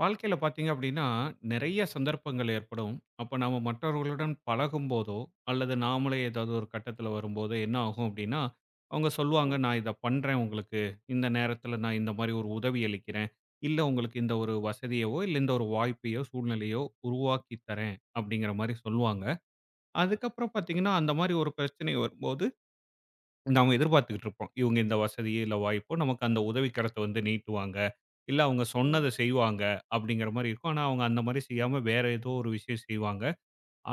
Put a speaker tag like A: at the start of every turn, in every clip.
A: வாழ்க்கையில பார்த்தீங்க அப்படின்னா, நெறைய சந்தர்ப்பங்கள் ஏற்படும். அப்ப நாம மற்றவர்களுடன் பழகும்போதோ, அல்லது நாமளே ஏதாவது ஒரு கட்டத்தில வரும்போதோ என்ன ஆகும் அப்படின்னா, அவங்க சொல்லுவாங்க, "நான் இத பண்றேன் உங்களுக்கு. இந்த நேரத்தில நான் இந்த மாரி ஒரு உதவி அளிக்கிறேன். இல்ல உங்களுக்கு இந்த ஒரு வசதியவோ, இல்ல இந்த ஒரு வாய்ப்பையோ, சூழ்நிலையோ உருவாக்கி தரேன்." அப்படிங்கிற மாரி சொல்லுவாங்க. அதுக்கப்புறம் பார்த்தீங்கன்னா, அந்த மாரி ஒரு பிரச்சனை வரும்போது நாம எதிர்பார்த்துக்கிட்டு இருப்போம். இவங்க இந்த வசதி, இல்ல வாய்ப்போ நமக்கு அந்த உதவி கரத்த வந்து நீட்டுவாங்க. இல்ல அவங்க
B: ம்.
A: சொன்னத செய்வாங்க அப்படிங்கிற மாரி இருக்கும். ஆனா அவங்க அந்த மாரி செய்யாம வேற ஏதோ ஒரு விஷயம் செய்வாங்க.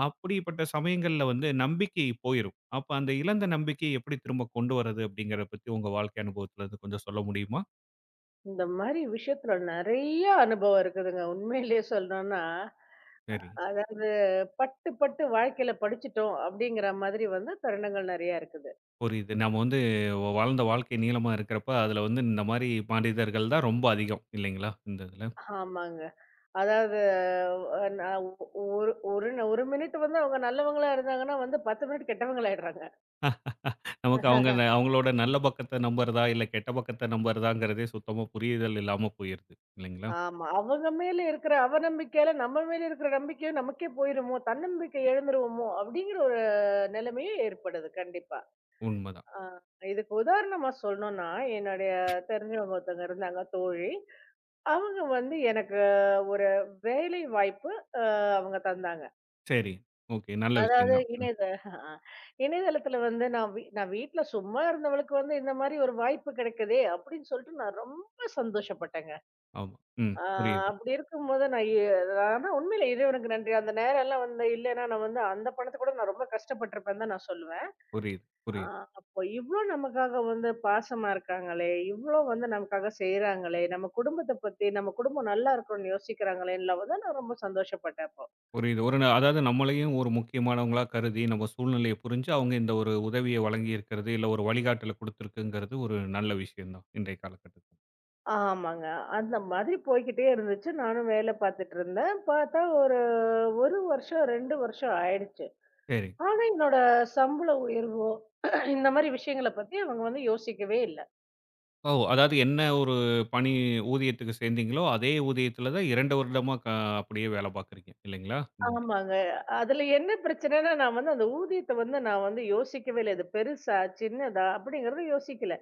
A: அப்படிப்பட்ட சமயங்கள்ல வந்து நம்பிக்கை போயிரும். அப்ப அந்த இழந்த நம்பிக்கைய எப்படி திரும்ப கொண்டு வர்றது அப்படிங்கிறத பத்தி உங்க வாழ்க்கை அனுபவத்துல இருந்து கொஞ்சம் சொல்ல முடியுமா?
B: இந்த மாரி விஷயத்துல நெறைய அனுபவம் இருக்குதுங்க. உண்மையிலேயே சொல்லணும்னா,
A: சரி.
B: அதாவது பட்டு பட்டு வாழ்க்கையில படிச்சுட்டோம் அப்படிங்கிற மாதிரி வந்து தருணங்கள் நெறைய இருக்குது.
A: புரியுது. நம்ம வந்து வாழ்ந்த வாழ்க்கை நீளமா இருக்கிறப்ப, அதுல வந்து இந்த மாரி மனிதர்கள் தான் ரொம்ப அதிகம் இல்லைங்களா? இந்த இதுல.
B: ஆமாங்க. அதாவது நான் ஒ- ஒரு ஒரு 1 மினிட் வந்து அவங்க நல்லவங்களா இருந்தாங்கன்னா வந்து 10 மினிட் கெட்டவங்களாயிடுறாங்க.
A: நமக்கு அவங்க ந அவங்களோட நல்ல பக்கத்த நம்புறதா, இல்ல கெட்ட பக்கத்த நம்புறதாங்கிறதே சுத்தமா புரிதல் இல்லாம போயிருது. இல்லைங்களா?
B: ஆமா. அவங்க மேல இருக்கிற அவநம்பிக்கையில நம்ம மேல இருக்கிற நம்பிக்கையும் நமக்கே போயிருமோ, தன்னம்பிக்கை எழுந்துருவோமோ அப்படிங்கிற ஒரு நிலைமையும் ஏற்படுது கண்டிப்பா.
A: உண்மதான்.
B: ஆ, இதுக்கு உதாரணமா சொல்லணும்னா, என்னுடைய தெரிஞ்சவங்க ஒருத்தவங்க இருந்தாங்க தோழி. அவங்க வந்து எனக்கு ஒரு வேலை வாய்ப்பு அ அவங்க தந்தாங்க.
A: சரி. ஓகே. நல்ல விஷயம்
B: அதாவது
A: தான். ம்.
B: அ இணையதளத்தில வந்து நான் வீட்ல சும்மா இருந்தவளுக்கு வந்து இந்த மாரி ஒரு வாய்ப்பு கிடைக்குதே! அப்படின்னு சொல்லிட்டு நான் ரொம்ப சந்தோஷப்பட்டேங்க.
A: ஆமா. ம்.
B: ஆ
A: புரியுது,
B: அப்படி இருக்கும்போது நான் எ ஆனா உண்மையில இறைவனுக்கு நன்றி. அந்த நேரம்லாம் வந்து இல்லன்னா, நான் வந்து அந்த பணத்த கூட நான் ரொம்ப கஷ்டப்பட்டுருப்பேன்னு தான் நான் சொல்லுவேன்.
A: புரியுது,
B: ஆ,
A: புரியுது,
B: அப்போ இவ்ளோ நமக்காக வந்து பாசமா இருக்காங்களே! இவ்ளோ வந்து நமக்காக செய்றாங்களே! நம்ம குடும்பத்த பத்தி, நம்ம குடும்பம் நல்லா இருக்கணும்னு யோசிக்கிறாங்களேன்னுலாம் வந்து நான் ரொம்ப சந்தோஷப்பட்டேன் அப்போ.
A: புரியுது. ஒரு அதாவது நம்மளையும் ஒரு முக்கியமானவங்களா கருதி, நம்ம சூழ்நிலைய புரிஞ்சு, அவங்க இந்த ஒரு உதவிய வழங்கியிருக்கிறது, இல்ல ஒரு வழிகாட்டல குடுத்துருக்குங்கிறது ஒரு நல்ல விஷயம் தான். இன்றைய காலகட்டத்துல.
B: ஆமாங்க. அந்த மாதிரி போய்க்கிட்டே இருந்துச்சு. நானும் வேலை பார்த்துட்டு இருந்தேன். பார்த்தா ஒரு 1 வருஷம், 2 வருஷம் ஆயிடுச்சு.
A: சரி.
B: ஆனா, என்னோட சம்பள உயர்வோ, இந்த மாரி விஷயங்கள பத்தி அவங்க வந்து யோசிக்கவே இல்ல.
A: ஓ! அதாவது என்ன ஒரு பணி ஊதியத்துக்கு சேர்ந்தீங்களோ, அதே ஊதியத்துல தான் 2 வருடமா அப்படியே வேல பார்க்குறீங்க. இல்லைங்களா?
B: ஆமாங்க. அதுல என்ன பிரச்சனைன்னா, நான் வந்து அந்த ஊதியத்த வந்து நான் வந்து யோசிக்கவே இல்ல. இது பெருசா? சின்னதா? அப்படிங்கிறத யோசிக்கல.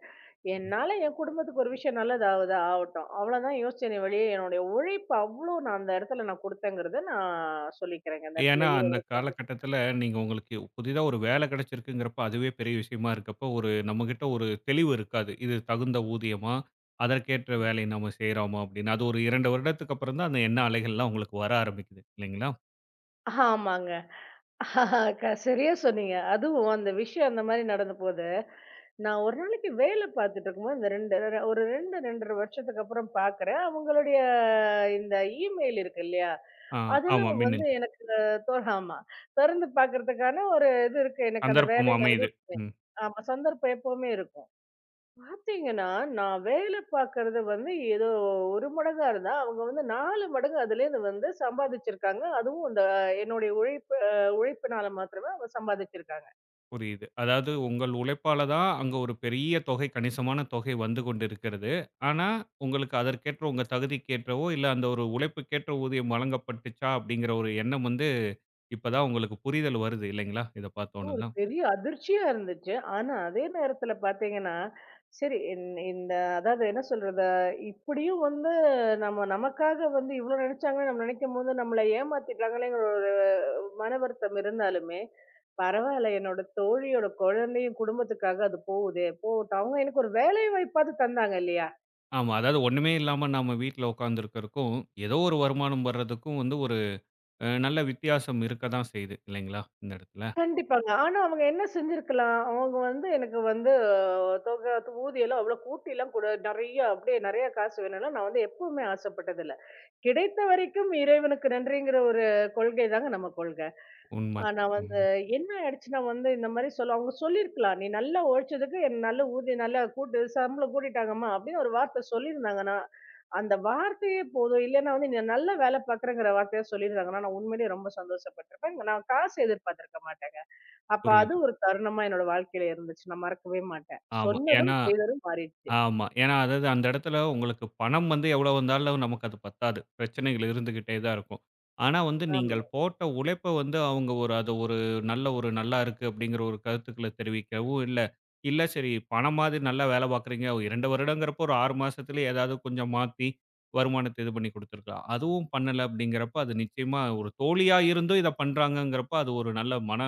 B: என்னால என் குடும்பத்துக்கு ஒரு விஷயம் நல்லது ஆவுதா? ஆவட்டும். அவ்வளோதான் யோசிச்சேனே வெளிய, என்னுடைய உழைப்பு அவ்ளோ நான் அந்த இடத்துல நான் குடுத்தேங்கிறத நான் சொல்லிக்கிறேங்க. அந்த
A: ஏன்னா,
B: இடத்துல ஹீரோ.
A: அந்த காலகட்டத்தில நீங்க உங்களுக்கு புதிதா ஒரு வேலை கிடைச்சிருக்குங்கிறப்ப, அதுவே பெரிய விஷயமா இருக்கப்போ, ஒரு நம்மகிட்ட ஒரு தெளிவு இருக்காது. இது தகுந்த ஊதியமா? அதற்கேற்ற வேலையை நம்ம செய்றோமா? அப்படின்னு. அது ஒரு 2 வருடத்துக்கு அப்புறம் தான் அந்த எண்ண அலைகள்லாம் உங்களுக்கு வர ஆரம்பிக்குது. இல்லைங்களா?
B: ஆமாங்க. சரியா சொன்னீங்க. அதுவும் அந்த விஷயம் அந்த மாரி நடந்த போது, நான் ஒரு நாளைக்கு வேலை பார்த்துட்டு இருக்கும்போது, இந்த 2 ஒரு 2, 2 1/2 வருஷத்துக்கு அப்புறம் பார்க்குறேன். அவங்களுடைய இந்த இமெயில் இருக்கு இல்லையா?
A: ஆ ஆமா.
B: அதெல்லாம் வந்து
A: மின்னஞ்சல்.
B: எனக்கு ஆமா. தொறந்து பார்க்கறதுக்கான ஒரு இது இருக்கு. எனக்கு அந்த
A: சந்தர்ப்பம்
B: வேலையில அது.
A: அமையுது. ம்.
B: ஆமா, சந்தர்ப்பம் எப்பவுமே இருக்கும். பார்த்தீங்கன்னா, நான் வேலை பார்க்கறது வந்து ஏதோ 1 மடங்கா இருந்தா, அவங்க வந்து 4 மடங்கு அதுலேருந்து வந்து சம்பாதிச்சிருக்காங்க. அதுவும் இந்த என்னுடைய உழைப்பு அ உழைப்பினால மாத்திரமே அவங்க சம்பாதிச்சிருக்காங்க.
A: புரியுது. அதாவது உங்கள் உழைப்பால தான் அங்க ஒரு பெரிய தொகை, கணிசமான தொகை வந்து கொண்டிருக்கிறது. ஆனா, உங்களுக்கு அதற்கேற்ற உங்க தகுதிக்கேற்றவோ, இல்ல அந்த ஒரு உழைப்புக்கேற்ற ஊதியம் வழங்கப்பட்டுச்சா? அப்படிங்கிற ஒரு எண்ணம் வந்து இப்பதான் உங்களுக்கு புரிதல் வருது இல்லைங்களா? இத பார்த்தோன
B: ஒரு
A: தான்.
B: பெரிய அதிர்ச்சியா இருந்துச்சு. ஆனா, அதே நேரத்துல பார்த்தீங்கன்னா, சரி, இந்த அதாவது என்ன சொல்றது, இப்படியும் வந்து நம்ம நமக்காக வந்து இவ்ளோ நெனச்சாங்கன்னு நம்ம நினைக்கும்போது, நம்மள ஏமாத்திட்டாங்களேங்கிற ஒரு மன வருத்தம் இருந்தாலுமே, பரவால்ல என்னோட தோழியோட குழந்தையும், குடும்பத்துக்காக அது போகுதே! போகட்டும். அவங்க எனக்கு ஒரு வேலை வாய்ப்பாவது தந்தாங்க இல்லையா?
A: ஆமா. அதாவது ஒண்ணுமே இல்லாம நாம வீட்ல உட்கார்ந்திருக்கறக்கும், ஏதோ ஒரு வருமானம் வர்றதுக்கும் வந்து ஒரு அ நல்ல வித்தியாசம் இருக்க தான் செய்யுது இல்லைங்களா? இந்த இடத்துல.
B: கண்டிப்பாங்க. ஆனா அவங்க என்ன செஞ்சிருக்கலாம்? அவங்க வந்து எனக்கு வந்து தொகை ஊதியம்லாம் அவ்வளோ கூட்டிலாம் கூட நெறைய அப்படியே நெறைய காசு வேணும்னா, நான் வந்து எப்பவுமே ஆசைப்பட்டதில்ல. கிடைத்த வரைக்கும் இறைவனுக்கு நன்றிங்கிற ஒரு கொள்கை தாங்க நம்ம கொள்கை.
A: உண்ம.
B: ஆனா
A: ம்.
B: வந்து என்ன ஆயிடுச்சுன்னா வந்து இந்த மாரி சொல்ல அவங்க சொல்லியிருக்கலாம். "நீ நல்லா உழைச்சதுக்கு என் நல்ல ஊதியம் நல்லா கூட்டு சம்பளம் கூட்டிட்டாங்கம்மா" அப்படின்னு ஒரு வார்த்தை சொல்லியிருந்தாங்கன்னா, அந்த வார்த்தையே போதும். இல்லன்னா வந்து "நீ நல்லா வேலை பார்க்குறேங்கிற" வார்த்தையா சொல்லியிருந்தாங்கன்னா, நான் உண்மையிலேயே ரொம்ப சந்தோஷப்பட்டுருப்பேன். நான் காசு எதிர்பார்த்திருக்க மாட்டேங்க. அப்ப அது
A: புரியுது.
B: ஒரு தருணமா என்னோட வாழ்க்கையில இருந்துச்சு. நான் மறக்கவே மாட்டேன்.
A: ஆமா.
B: சொன்னதும் செய்ததும் மாறிடுச்சு.
A: ஏன்னா, அதாவது அந்த இடத்துல உங்களுக்கு பணம் வந்து எவ்வளோ வந்தாலும் நமக்கு அது பத்தாது. பிரச்சனைகள் இருந்துகிட்டே தான் இருக்கும். ஆனா வந்து
B: ஆமா.
A: நீங்கள் போட்ட உழைப்ப வந்து அவங்க ஒரு அது ஒரு நல்ல ஒரு நல்லா இருக்கு அப்படிங்கிற ஒரு கருத்துக்கள தெரிவிக்கவும் இல்ல. இல்ல சரி பணம் மாதிரி நல்லா வேலை பார்க்குறீங்க. 2 வருடங்கிறப்போ ஒரு 6 மாசத்துலயே ஏதாவது கொஞ்சம் மாத்தி வருமானத்த இது பண்ணி குடுத்துருக்கலாம். அதுவும் பண்ணல அப்படிங்கிறப்ப அது நிச்சயமா ஒரு தோழியா இருந்தும் இத பண்றாங்கங்கிறப்ப அது ஒரு நல்ல மன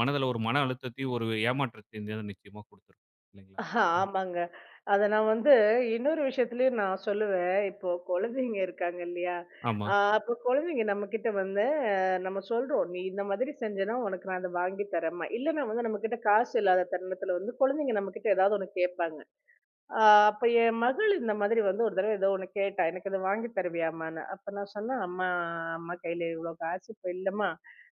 A: மனதுல ஒரு மன அழுத்தத்தையும், ஒரு ஏமாற்றத்தையும் தான் நிச்சயமா குடுத்துரும். இல்லைங்களா?
B: ஆமாங்க. அத நான் வந்து இன்னொரு விஷயத்துலயும் நான் சொல்லுவேன். இப்போ குழந்தைங்க இருக்காங்க இல்லையா?
A: ஆமா.
B: அப்போ குழந்தைங்க நம்மகிட்ட வந்து அ நம்ம சொல்றோம். "நீ இந்த மாதிரி செஞ்சேன்னா உனக்கு நான் அத வாங்கி தரேம்மா." இல்லன்னா வந்து நம்மகிட்ட காசு இல்லாத தருணத்துல வந்து குழந்தைங்க நம்மகிட்ட ஏதாவது ஒண்ணு கேட்பாங்க. ஆ அப்ப என் மகள் இந்த மாதிரி வந்து ஒரு தடவ ஏதோ ஒண்ணு கேட்டா, "எனக்கு இத வாங்கி தருவியாம்மான்னு?" அப்ப நான் சொன்னேன், "அம்மா அம்மா கையில இவ்ளோ காசு இப்ப இல்லம்மா.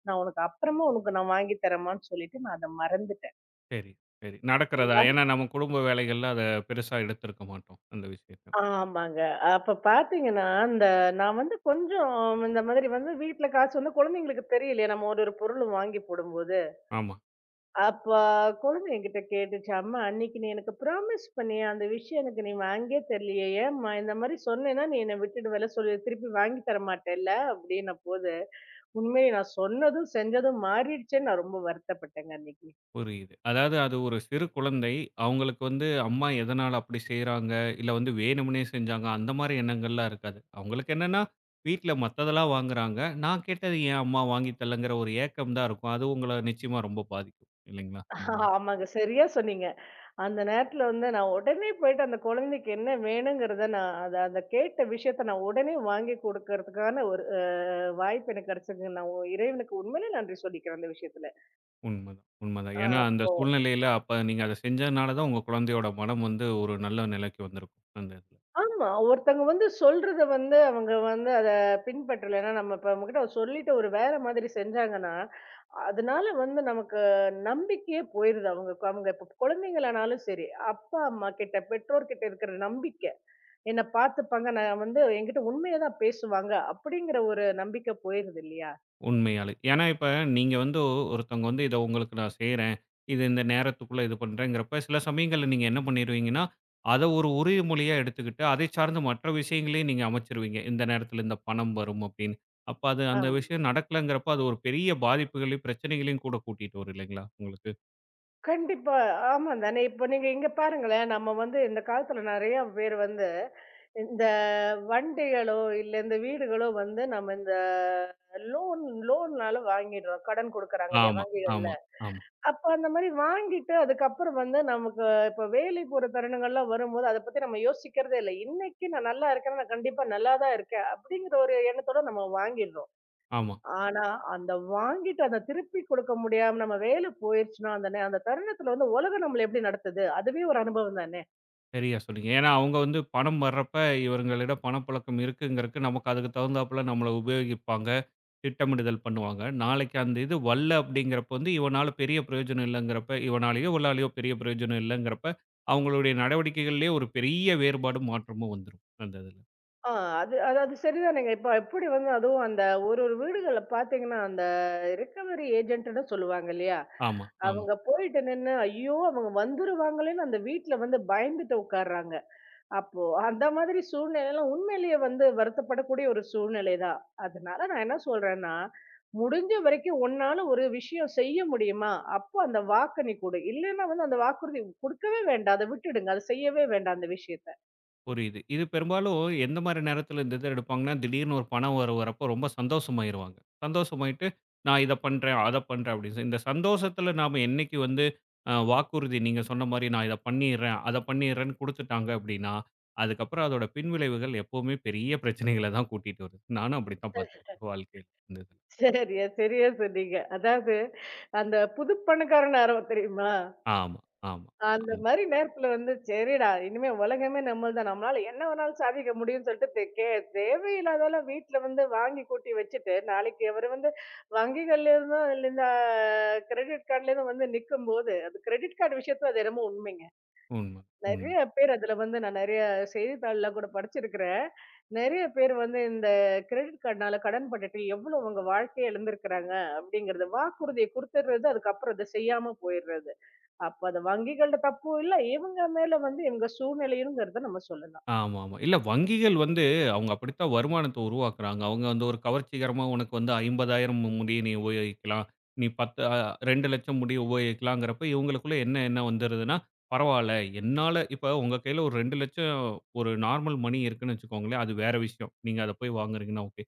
B: நான் உனக்கு அப்புறமா உனக்கு நான் வாங்கி தரேம்மான்னு" சொல்லிட்டு நான் அத மறந்துட்டேன்.
A: சரி, சரி. நடக்கிறதா?
B: மற
A: ஏன்னா நம்ம குடும்ப வேலைகள்ல அத பெருசா எடுத்திருக்க மாட்டோம், அந்த விஷயத்த.
B: ஆமாங்க. அப்ப பார்த்தீங்கன்னா, அந்த நான் வந்து கொஞ்சம் இந்த மாதிரி வந்து வீட்ல காசு வந்து குழந்தைங்களுக்கு தெரியலையே, நம்ம ஒரு ஒரு பொருளும் வாங்கி போடும்போது.
A: ஆமா,
B: அப்ப குழந்தை என்கிட்ட கேட்டுச்சு, "அம்மா அன்னைக்கு நீ எனக்கு ப்ராமிஸ் பண்ணியே, அந்த விஷயம் எனக்கு நீ வாங்கியே தரலையே. ஏம்மா? இந்த மாரி சொன்னேன்னா, நீ என்ன விட்டுடுவல்ல? சொல்லு திருப்பி வாங்கி தர மாட்டல்ல?" அப்படின்னபோது, உண்மையிலே நான் சொன்னதும், செஞ்சதும் மாறிடுச்சேன்னு நான் ரொம்ப வருத்தப்பட்டேங்க அன்னைக்கு.
A: புரியுது. அதாவது அது ஒரு சிறு குழந்தை. அவங்களுக்கு வந்து அம்மா எதனால அப்படி செய்றாங்க, இல்ல வந்து வேணும்னே செஞ்சாங்க, அந்த மாரி எண்ணங்கள்லாம் இருக்காது. அவங்களுக்கு என்னன்னா, வீட்ல மத்ததெல்லாம் வாங்குறாங்க. நான் கேட்டது ஏன் அம்மா வாங்கி தரலங்கிற ஒரு ஏக்கம் தான் இருக்கும். அது உங்கள நிச்சயமா ரொம்ப பாதிக்கும். இல்லைங்களா? ம்.
B: ஆமாங்க. சரியா சொன்னீங்க. அந்த நேரத்துல வந்து நான் உடனே போயிட்டு அந்த குழந்தைக்கு என்ன வேணுங்கிறத நான் அத அந்த கேட்ட விஷயத்த நான் உடனே வாங்கி குடுக்கறதுக்கான ஒரு அ வாய்ப்பு எனக்கு கிடைச்சதுங்க. நான் இறைவனுக்கு உண்மையிலே நன்றி சொல்லிக்கிறேன் அந்த விஷயத்துல.
A: உண்மதான், உண்மதான்.
B: ஆ.
A: ஏன்னா அந்த சூழ்நிலையில அப்ப நீங்க அத செஞ்சதுனால தான் உங்க குழந்தையோட மனம் வந்து ஒரு நல்ல நிலைக்கு வந்திருக்கும். அந்த இதுல.
B: ஆமா. ஒருத்தவங்க வந்து சொல்றத வந்து அவங்க வந்து அத பின்பற்றலன்னா, நம்ம இப்ப அவங்ககிட்ட சொல்லிட்டு ஒரு வேற மாதிரி செஞ்சாங்கன்னா, அதனால வந்து நமக்கு நம்பிக்கையே போயிருது. அவங்க அவங்க இப்ப குழந்தைங்களானாலும் சரி, அப்பா, அம்மா கிட்ட, பெற்றோர்கிட்ட இருக்கிற நம்பிக்கை. என்ன பார்த்துப்பாங்க. நான் வந்து என்கிட்ட உண்மைய தான் பேசுவாங்க. அப்படிங்கிற ஒரு நம்பிக்கை போயிருது இல்லையா?
A: உண்மையாலே. ஏன்னா, இப்ப நீங்க வந்து ஒருத்தவங்க வந்து இத உங்களுக்கு நான் செய்றேன். இது இந்த நேரத்துக்குள்ள இது பண்றேங்கிறப்ப, சில சமயங்கள்ல நீங்க என்ன பண்ணிருவீங்கன்னா, அத ஒரு உறுதிமொழியா எடுத்துக்கிட்டு, அதை சார்ந்த மற்ற விஷயங்களையும் நீங்க அமைச்சிருவீங்க. இந்த நேரத்துல இந்த பணம் வரும் அப்படின்னு. அப்ப அது அந்த விஷயம் நடக்கலங்கிறப்ப, அது ஒரு பெரிய பாதிப்புகளையும், பிரச்சனைகளையும் கூட கூட்டிட்டு வரும் இல்லைங்களா உங்களுக்கு?
B: கண்டிப்பா. ஆமா தானே. இப்ப நீங்க இங்க பாருங்களேன், நம்ம வந்து இந்த காலத்துல நெறைய பேர் வந்து, இந்த வண்டிகளோ, இல்ல இந்த வீடுகளோ வந்து நம்ம இந்த லோன் லோன்னால வாங்கிடுறோம். கடன் குடுக்குறாங்க இல்லையா
A: ஆமா,
B: வங்கிகள்ல.
A: ஆமா, ஆமா,
B: அப்ப அந்த மாரி வாங்கிட்டு அதுக்கப்புறம் வந்து நமக்கு இப்ப வேலை போற தருணங்கள்லாம் வரும்போது, அத பத்தி நம்ம யோசிக்கிறதே இல்ல. இன்னைக்கு நான் நல்லா இருக்கேன்னா, நான் கண்டிப்பா நல்லா தான் இருக்கேன். அப்படிங்கிற ஒரு எண்ணத்தோட நம்ம வாங்கிடுறோம்.
A: ஆமா.
B: ஆனா, அந்த வாங்கிட்டு அத திருப்பி குடுக்க முடியாம நம்ம வேலை போயிருச்சுன்னா, அந்த தருணத்துல வந்து உலகம் நம்மள எப்படி நடத்துது? அதுவே ஒரு அனுபவம் தானே!
A: சரியா சொன்னீங்க. ஏன்னா, அவங்க வந்து பணம் வர்றப்ப இவர்களிடம் பணப்புழக்கம் இருக்குங்கிறக்கு, நமக்கு அதுக்கு தகுந்தாப்புல நம்மள உபயோகிப்பாங்க. திட்டமிடுதல் பண்ணுவாங்க. நாளைக்கு அந்த இது வல்ல அப்படிங்கிறப்ப வந்து, இவனால பெரிய பிரயோஜனம் இல்லங்கிறப்ப, இவனாலயோ, இவளாலயோ பெரிய பிரயோஜனம் இல்லங்கிறப்ப, அவங்களுடைய நடவடிக்கைகள்லயே ஒரு பெரிய வேறுபாடும், மாற்றமும் வந்துரும். அந்த இதுல.
B: ஆ, அது அது அது சரிதானேங்க. இப்ப எப்படி வந்து அதுவும் அந்த ஒரு ஒரு வீடுகள்ல பார்த்தீங்கன்னா, அந்த ரிக்கவரி ஏஜென்ட்ன்னு சொல்லுவாங்க இல்லையா?
A: ஆமா, ஆமா.
B: அவங்க போயிட்டு நின்னு, ஐயோ! அவங்க வந்துருவாங்களேன்னு அந்த வீட்ல வந்து பயந்துட்டு உட்கார்றாங்க. அப்போ அந்த மாதிரி சூழ்நிலைலாம் உண்மையிலேயே வந்து வருத்தப்படக்கூடிய ஒரு சூழ்நிலை தான். அதனால நான் என்ன சொல்றேன்னா, முடிஞ்ச வரைக்கும் உன்னால ஒரு விஷயம் செய்ய முடியுமா? அப்போ அந்த வாக்க நீ குடு. இல்லன்னா வந்து அந்த வாக்குறுதி குடுக்கவே வேண்டாம். அத விட்டுடுங்க. அத செய்யவே வேண்டாம் அந்த விஷயத்த.
A: புரியுது. இது பெரும்பாலும் எந்த மாரி நேரத்துல இந்த இத எடுப்பாங்கன்னா, திடீர்னு ஒரு பணம் வரவு வரப்போ ரொம்ப சந்தோஷமாயிருவாங்க. சந்தோஷமாயிட்டு, நான் இத பண்றேன், அத பண்றேன் அப்படின்னு சொல்லி. இந்த சந்தோஷத்துல நாம என்னைக்கு வந்து அ வாக்குறுதி நீங்க சொன்ன மாரி நான் இத பண்ணிர்றேன், அத பண்ணிர்றேன்னு குடுத்துட்டாங்க அப்படின்னா, அதுக்கப்புறம் அதோட பின்விளைவுகள் எப்பவுமே பெரிய பிரச்சனைகள தான் கூட்டிட்டு வருது. நானும் அப்படித்தான் பார்த்துருக்கேன் வாழ்க்கையில. இந்த இதுல.
B: சரியா, சரியா சொன்னீங்க. அதாவது அந்த புது பணக்காரன் ஆரவம் தெரியுமா?
A: ஆமா, ஆமா,
B: அந்த
A: ஆமா.
B: மாரி நேரத்துல வந்து, சரிடா இனிமே உலகமே நம்மள்தான். தான் நம்மளால என்ன வேணாலும் சாதிக்க முடியும்ன்னு சொல்லிட்டு, தே கே தேவையில்லாதெல்லாம் வீட்ல வந்து வாங்கி கூட்டி வச்சுட்டு, நாளைக்கு அவரு வந்து வங்கிகள்லேருந்தும் இல்ல இந்த கிரெடிட் கார்ட்லேருந்து வந்து நிக்கும்போது, அது கிரெடிட் கார்டு விஷயத்துல அது என்னமோ உண்மைங்க.
A: உண்ம, உண்ம.
B: நெறைய பேர் அதுல வந்து நான் நெறைய செய்தித்தாள்ல கூட படிச்சிருக்கிறேன். நெறைய பேர் வந்து இந்த கிரெடிட் கார்டுனால கடன் பட்டுட்டு எவ்வளோ அவங்க வாழ்க்கைய இழந்திருக்கிறாங்க அப்படிங்கிறது. வாக்குறுதிய குடுத்துடுறது, அதுக்கப்புறம் அத செய்யாம போயிடுறது. அப்ப அது வங்கிகள்ட தப்பு இல்ல. இவங்க மேல வந்து இவங்க சூழ்நிலையும்ங்கிறத நம்ம சொல்லலாம்.
A: ஆமா, ஆமா. இல்ல வங்கிகள் வந்து அவங்க அப்படித்தான் வருமானத்த உருவாக்குறாங்க. அவங்க வந்து ஒரு கவர்ச்சிகரமா உனக்கு வந்து 50,000 முடிய நீ உபயோகிக்கலாம். நீ 10 2,00,000 முடிய உபயோகிக்கலாங்கிறப்ப, இவங்களுக்குள்ள என்ன என்ன வந்துருதுன்னா, பரவால்ல என்னால இப்ப உங்க கையில ஒரு 2,00,000 ஒரு நார்மல் மணி இருக்குன்னு வச்சுக்கோங்களேன், அது வேற விஷயம். நீங்க அத போய் வாங்குறீங்கன்னா ஓகே.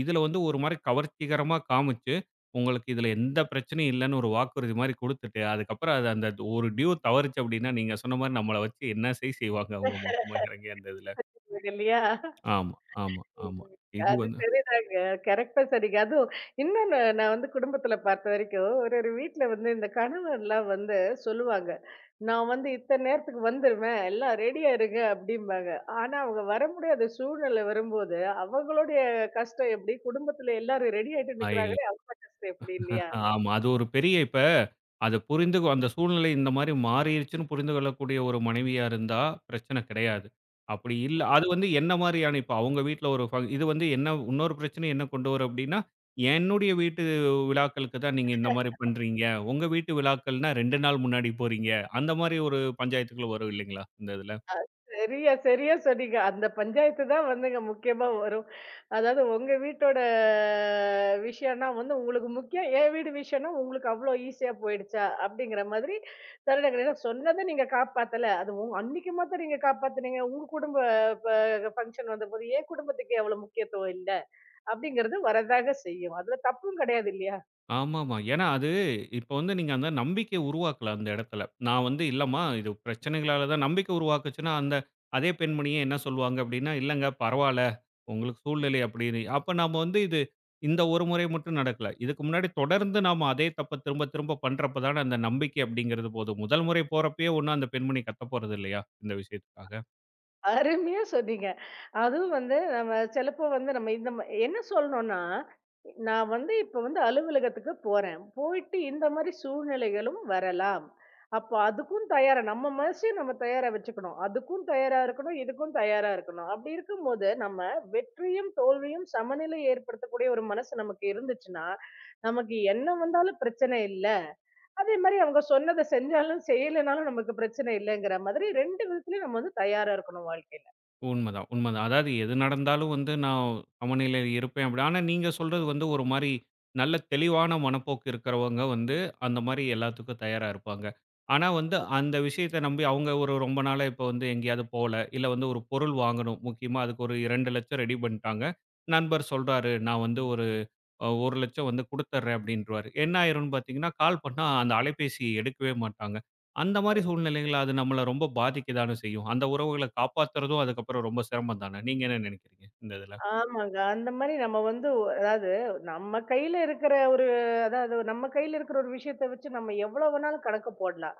A: இதுல வந்து ஒரு மாரி கவர்ச்சிகரமா காமிச்சு உங்களுக்கு இதுல எந்த பிரச்சனையும் இல்லன்னு ஒரு வாக்குறுதி மாரி குடுத்துட்டு, அதுக்கப்புறம் அது அந்த ஒரு டியூ தவறுச்சு அப்டின்னா, நீங்க சொன்ன மாரி நம்மள வச்சு என்ன செய்வாங்க அவங்க மொத்தமா இறங்கி அந்த இதுல.
B: இல்லையா?
A: ஆமா, ஆமா, ஆமா. இது
B: அது
A: வந்து
B: சரிதாங்க. கரெக்ட்டா சொன்னீங்க. அதுவும் இன்னொன்னு நான் வந்து குடும்பத்துல பார்த்த வரைக்கும், ஒரு ஒரு வீட்ல வந்து இந்த கணவன்லாம் வந்து சொல்லுவாங்க. நான் வந்து இத்தன நேரத்துக்கு வந்துருவேன். எல்லாம் ரெடியா இருங்க அப்டிம்பாங்க. ஆனா அவங்க வர முடியாத சூழ்நிலை வரும்போது, அவங்களுடைய கஷ்டம் எப்டி? குடும்பத்துல எல்லாரும் ரெடி ஆயிட்டு
A: அய்
B: நிக்கிறாங்களே அவங்க கஷ்டம் எப்டி இல்லையா?
A: ஆமா. அது ஒரு பெரிய இப்ப அத அந்த சூழ்நிலை இந்த மாரி மாறிருச்சுன்னு புரிந்து கொள்ளக்கூடிய ஒரு மனைவியா இருந்தா பிரச்சனை கிடையாது. அப்படி இல்ல அது வந்து என்ன மாரியான இப்ப அவங்க வீட்ல ஒரு இது வந்து என்ன இன்னொரு பிரச்சனை என்ன கொண்டு வரும் அப்படின்னா, என்னுடைய வீட்டு விழாக்களுக்கு தான் நீங்க இந்த மாரி பண்றீங்க. உங்க வீட்டு விழாக்கள்னா 2 நாள் முன்னாடி போறீங்க. அந்த மாரி ஒரு பஞ்சாயத்துக்குள்ள வரும் இல்லைங்களா? இந்த இதுல.
B: சரியா, சரியா சொன்னீங்க. அந்த பஞ்சாயத்து தான் வந்துங்க முக்கியமா வரும். அதாவது உங்க வீட்டோட விஷயம்னா வந்து உங்களுக்கு முக்கியம். என் வீடு விஷயம்னா உங்களுக்கு அவ்ளோ ஈஸியா போயிடுச்சா? அப்படிங்கிற மாதிரி தருணங்கள் சொன்னத நீங்க காப்பாத்தல. அது அன்னைக்கு மாத்திரம் நீங்க காப்பாத்துனீங்க. உங்க குடும்ப ப ஃபங்ஷன் வந்தபோது, என் குடும்பத்துக்கு எவ்வளவு முக்கியத்துவம் இல்ல? அப்படிங்கிறது வரதாங்க செய்யும். அதுல தப்பும் கிடையாது இல்லையா?
A: ஆமாமா. ஏன்னா அது இப்ப வந்து நீங்க அந்த நம்பிக்கை உருவாக்கல அந்த இடத்துல. நான் வந்து இல்லம்மா இது பிரச்சனைகளால தான் நம்பிக்கை உருவாக்குச்சுன்னா, அந்த அதே பெண்மணியே என்ன சொல்லுவாங்க அப்டின்னா, இல்லங்க பரவால்ல. உங்களுக்கு சூழ்நிலை அப்டின்னு. அப்ப நாம வந்து இது இந்த ஒரு முறை மட்டும் நடக்கல. இதுக்கு முன்னாடி தொடர்ந்து நாம அதே தப்ப திரும்ப திரும்ப பண்றப்ப தான அந்த நம்பிக்கை அப்டிங்கிறது போது. முதல் முறை போறப்பயே ஒண்ணும் அந்த பெண்மணி கத்த போறது இல்லையா? இந்த விஷயத்துக்காக.
B: அருமையா சொன்னீங்க. அதுவும் வந்து நம்ம சிலப்போ வந்து நம்ம இந்த என்ன சொல்லணும்னா, நான் வந்து இப்ப வந்து அலுவலகத்துக்கு போறேன். போயிட்டு இந்த மாரி சூழ்நிலைகளும் வரலாம். அப்போ அதுக்கும் தயாரா நம்ம மனசையே நம்ம தயாரா வச்சுக்கணும். அதுக்கும் தயாரா இருக்கணும், இதுக்கும் தயாரா இருக்கணும். அப்படி இருக்கும்போது நம்ம வெற்றியும், தோல்வியும் சமநிலை ஏற்படுத்தக்கூடிய ஒரு மனசு நமக்கு இருந்துச்சுன்னா, நமக்கு என்ன வந்தாலும் பிரச்சனை இல்ல. அதே மாரி அவங்க சொன்னத செஞ்சாலும், செய்யலைனாலும் நமக்கு பிரச்சனை இல்லைங்கிற மாதிரி 2 விதத்துலயும் நம்ம வந்து தயாரா இருக்கணும் வாழ்க்கையில.
A: உண்மதான், உண்மதான். அதாவது எது நடந்தாலும் வந்து நான் சமநிலையில இருப்பேன் அப்படி. ஆனா நீங்க சொல்றது வந்து ஒரு மாரி நல்ல தெளிவான மனப்போக்கு இருக்கிறவங்க வந்து அந்த மாரி எல்லாத்துக்கும் தயாரா இருப்பாங்க. ஆனா வந்து அந்த விஷயத்த நம்பி அவங்க ஒரு ரொம்ப நாளா இப்போ வந்து எங்கேயாவது போல, இல்ல வந்து ஒரு பொருள் வாங்கணும். முக்கியமா அதுக்கு ஒரு 2,00,000 ரெடி பண்ணிட்டாங்க. நண்பர் சொல்றாரு, "நான் வந்து ஒரு 1,00,000 வந்து குடுத்துர்றேன் அப்படின்ருவாரு. என்ன ஆயிரும்ன்னு பார்த்தீங்கன்னா, கால் பண்ணா அந்த அலைபேசி எடுக்கவே மாட்டாங்க. அந்த மாரி சூழ்நிலைகள்ல அது நம்மள ரொம்ப பாதிக்க தானே செய்யும். அந்த உறவுகள காப்பாத்துறதும் அதுக்கப்புறம் ரொம்ப சிரமம் தானே. நீங்க என்ன நெனைக்கிறீங்க இந்த இதுல?
B: ஆமாங்க. அந்த மாரி நம்ம வந்து அதாவது நம்ம கையில இருக்கிற ஒரு அதாவது நம்ம கையில இருக்கிற ஒரு விஷயத்த வச்சு நம்ம எவ்வளோ வேணாலும் கணக்கு போடலாம்.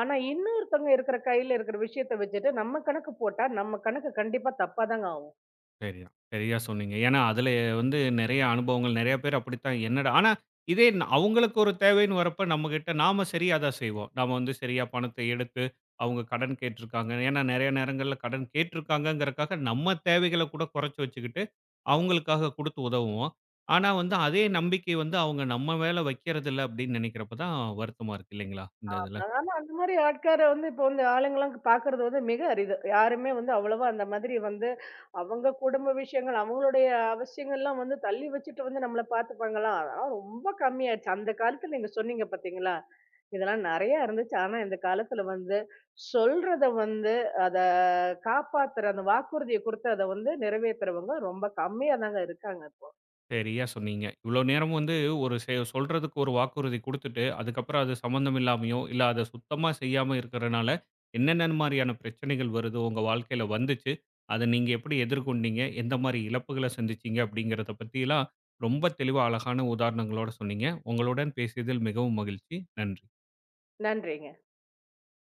B: ஆனா, இன்னொருத்தவங்க இருக்கிற கையில இருக்கிற விஷயத்த வச்சுட்டு நம்ம கணக்கு போட்டா, நம்ம கணக்கு கண்டிப்பா தப்பா தாங்க ஆவும்.
A: சரிதான். சரியா சொன்னீங்க. ஏன்னா, அதுல வந்து நெறைய அனுபவங்கள் நெறைய பேர் அப்படித்தான் என்னடா ஆனா இதே ந அவங்களுக்கு ஒரு தேவைன்னு வரப்ப நம்மகிட்ட நாம சரியா தான் செய்வோம். நாம வந்து சரியா பணத்தை எடுத்து, அவங்க கடன் கேட்டிருக்காங்க. ஏன்னா நெறைய நேரங்கள்ல கடன் கேட்டிருக்காங்கங்கிறக்காக நம்ம தேவைகள கூட குறைச்சு வச்சுக்கிட்டு, அவங்களுக்காக குடுத்து உதவுவோம். ஆனா வந்து அதே நம்பிக்கை வந்து அவங்க நம்ம மேல வைக்கிறதில்ல அப்படின்னு நினைக்கிறப்ப தான் வருத்தமா இருக்கு இல்லைங்களா? இந்த இதுல.
B: ஆனா, அந்த மாரி ஆட்கார வந்து இப்போ வந்து ஆளுங்கலாம் பாக்குறது வந்து மிக அரிது. யாருமே வந்து அவ்வளவா அந்த மாதிரி வந்து, அவங்க குடும்ப விஷயங்கள், அவங்களுடைய அவசியங்கள்லாம் வந்து தள்ளி வச்சுட்டு வந்து நம்மள பாத்துப்பாங்களா? அதெல்லாம் ரொம்ப கம்மியாயிருச்சு. அந்த காலத்துல நீங்க சொன்னீங்க பாத்தீங்களா? இதெல்லாம் நெறையா இருந்துச்சு. ஆனா, இந்த காலத்துல வந்து சொல்றத வந்து அத காப்பாத்துற அந்த வாக்குறுதிய குடுத்து அத வந்து நிறைவேத்துறவங்க ரொம்ப கம்மியா தாங்க இருக்காங்க இப்போ.
A: சரியா சொன்னீங்க. இவ்வளோ நேரம் வந்து ஒரு சொல்றதுக்கு ஒரு வாக்குறுதி குடுத்துட்டு, அதுக்கப்புறம் அது சம்மந்தம் இல்லாமயோ, இல்ல அத சுத்தமா செய்யாம இருக்கறனால, என்னென்ன மாரியான பிரச்சனைகள் வருது, உங்க வாழ்க்கையில வந்துச்சு. அத நீங்க எப்படி எதிர்கொண்டீங்க? எந்த மாரி இழப்புகள சந்திச்சீங்க? அப்படிங்கிறத பத்திலாம் ரொம்ப தெளிவா, அழகான உதாரணங்களோட சொன்னீங்க. உங்களுடன் பேசியதில் மிகவும் மகிழ்ச்சி. நன்றி.
B: நன்றிங்க.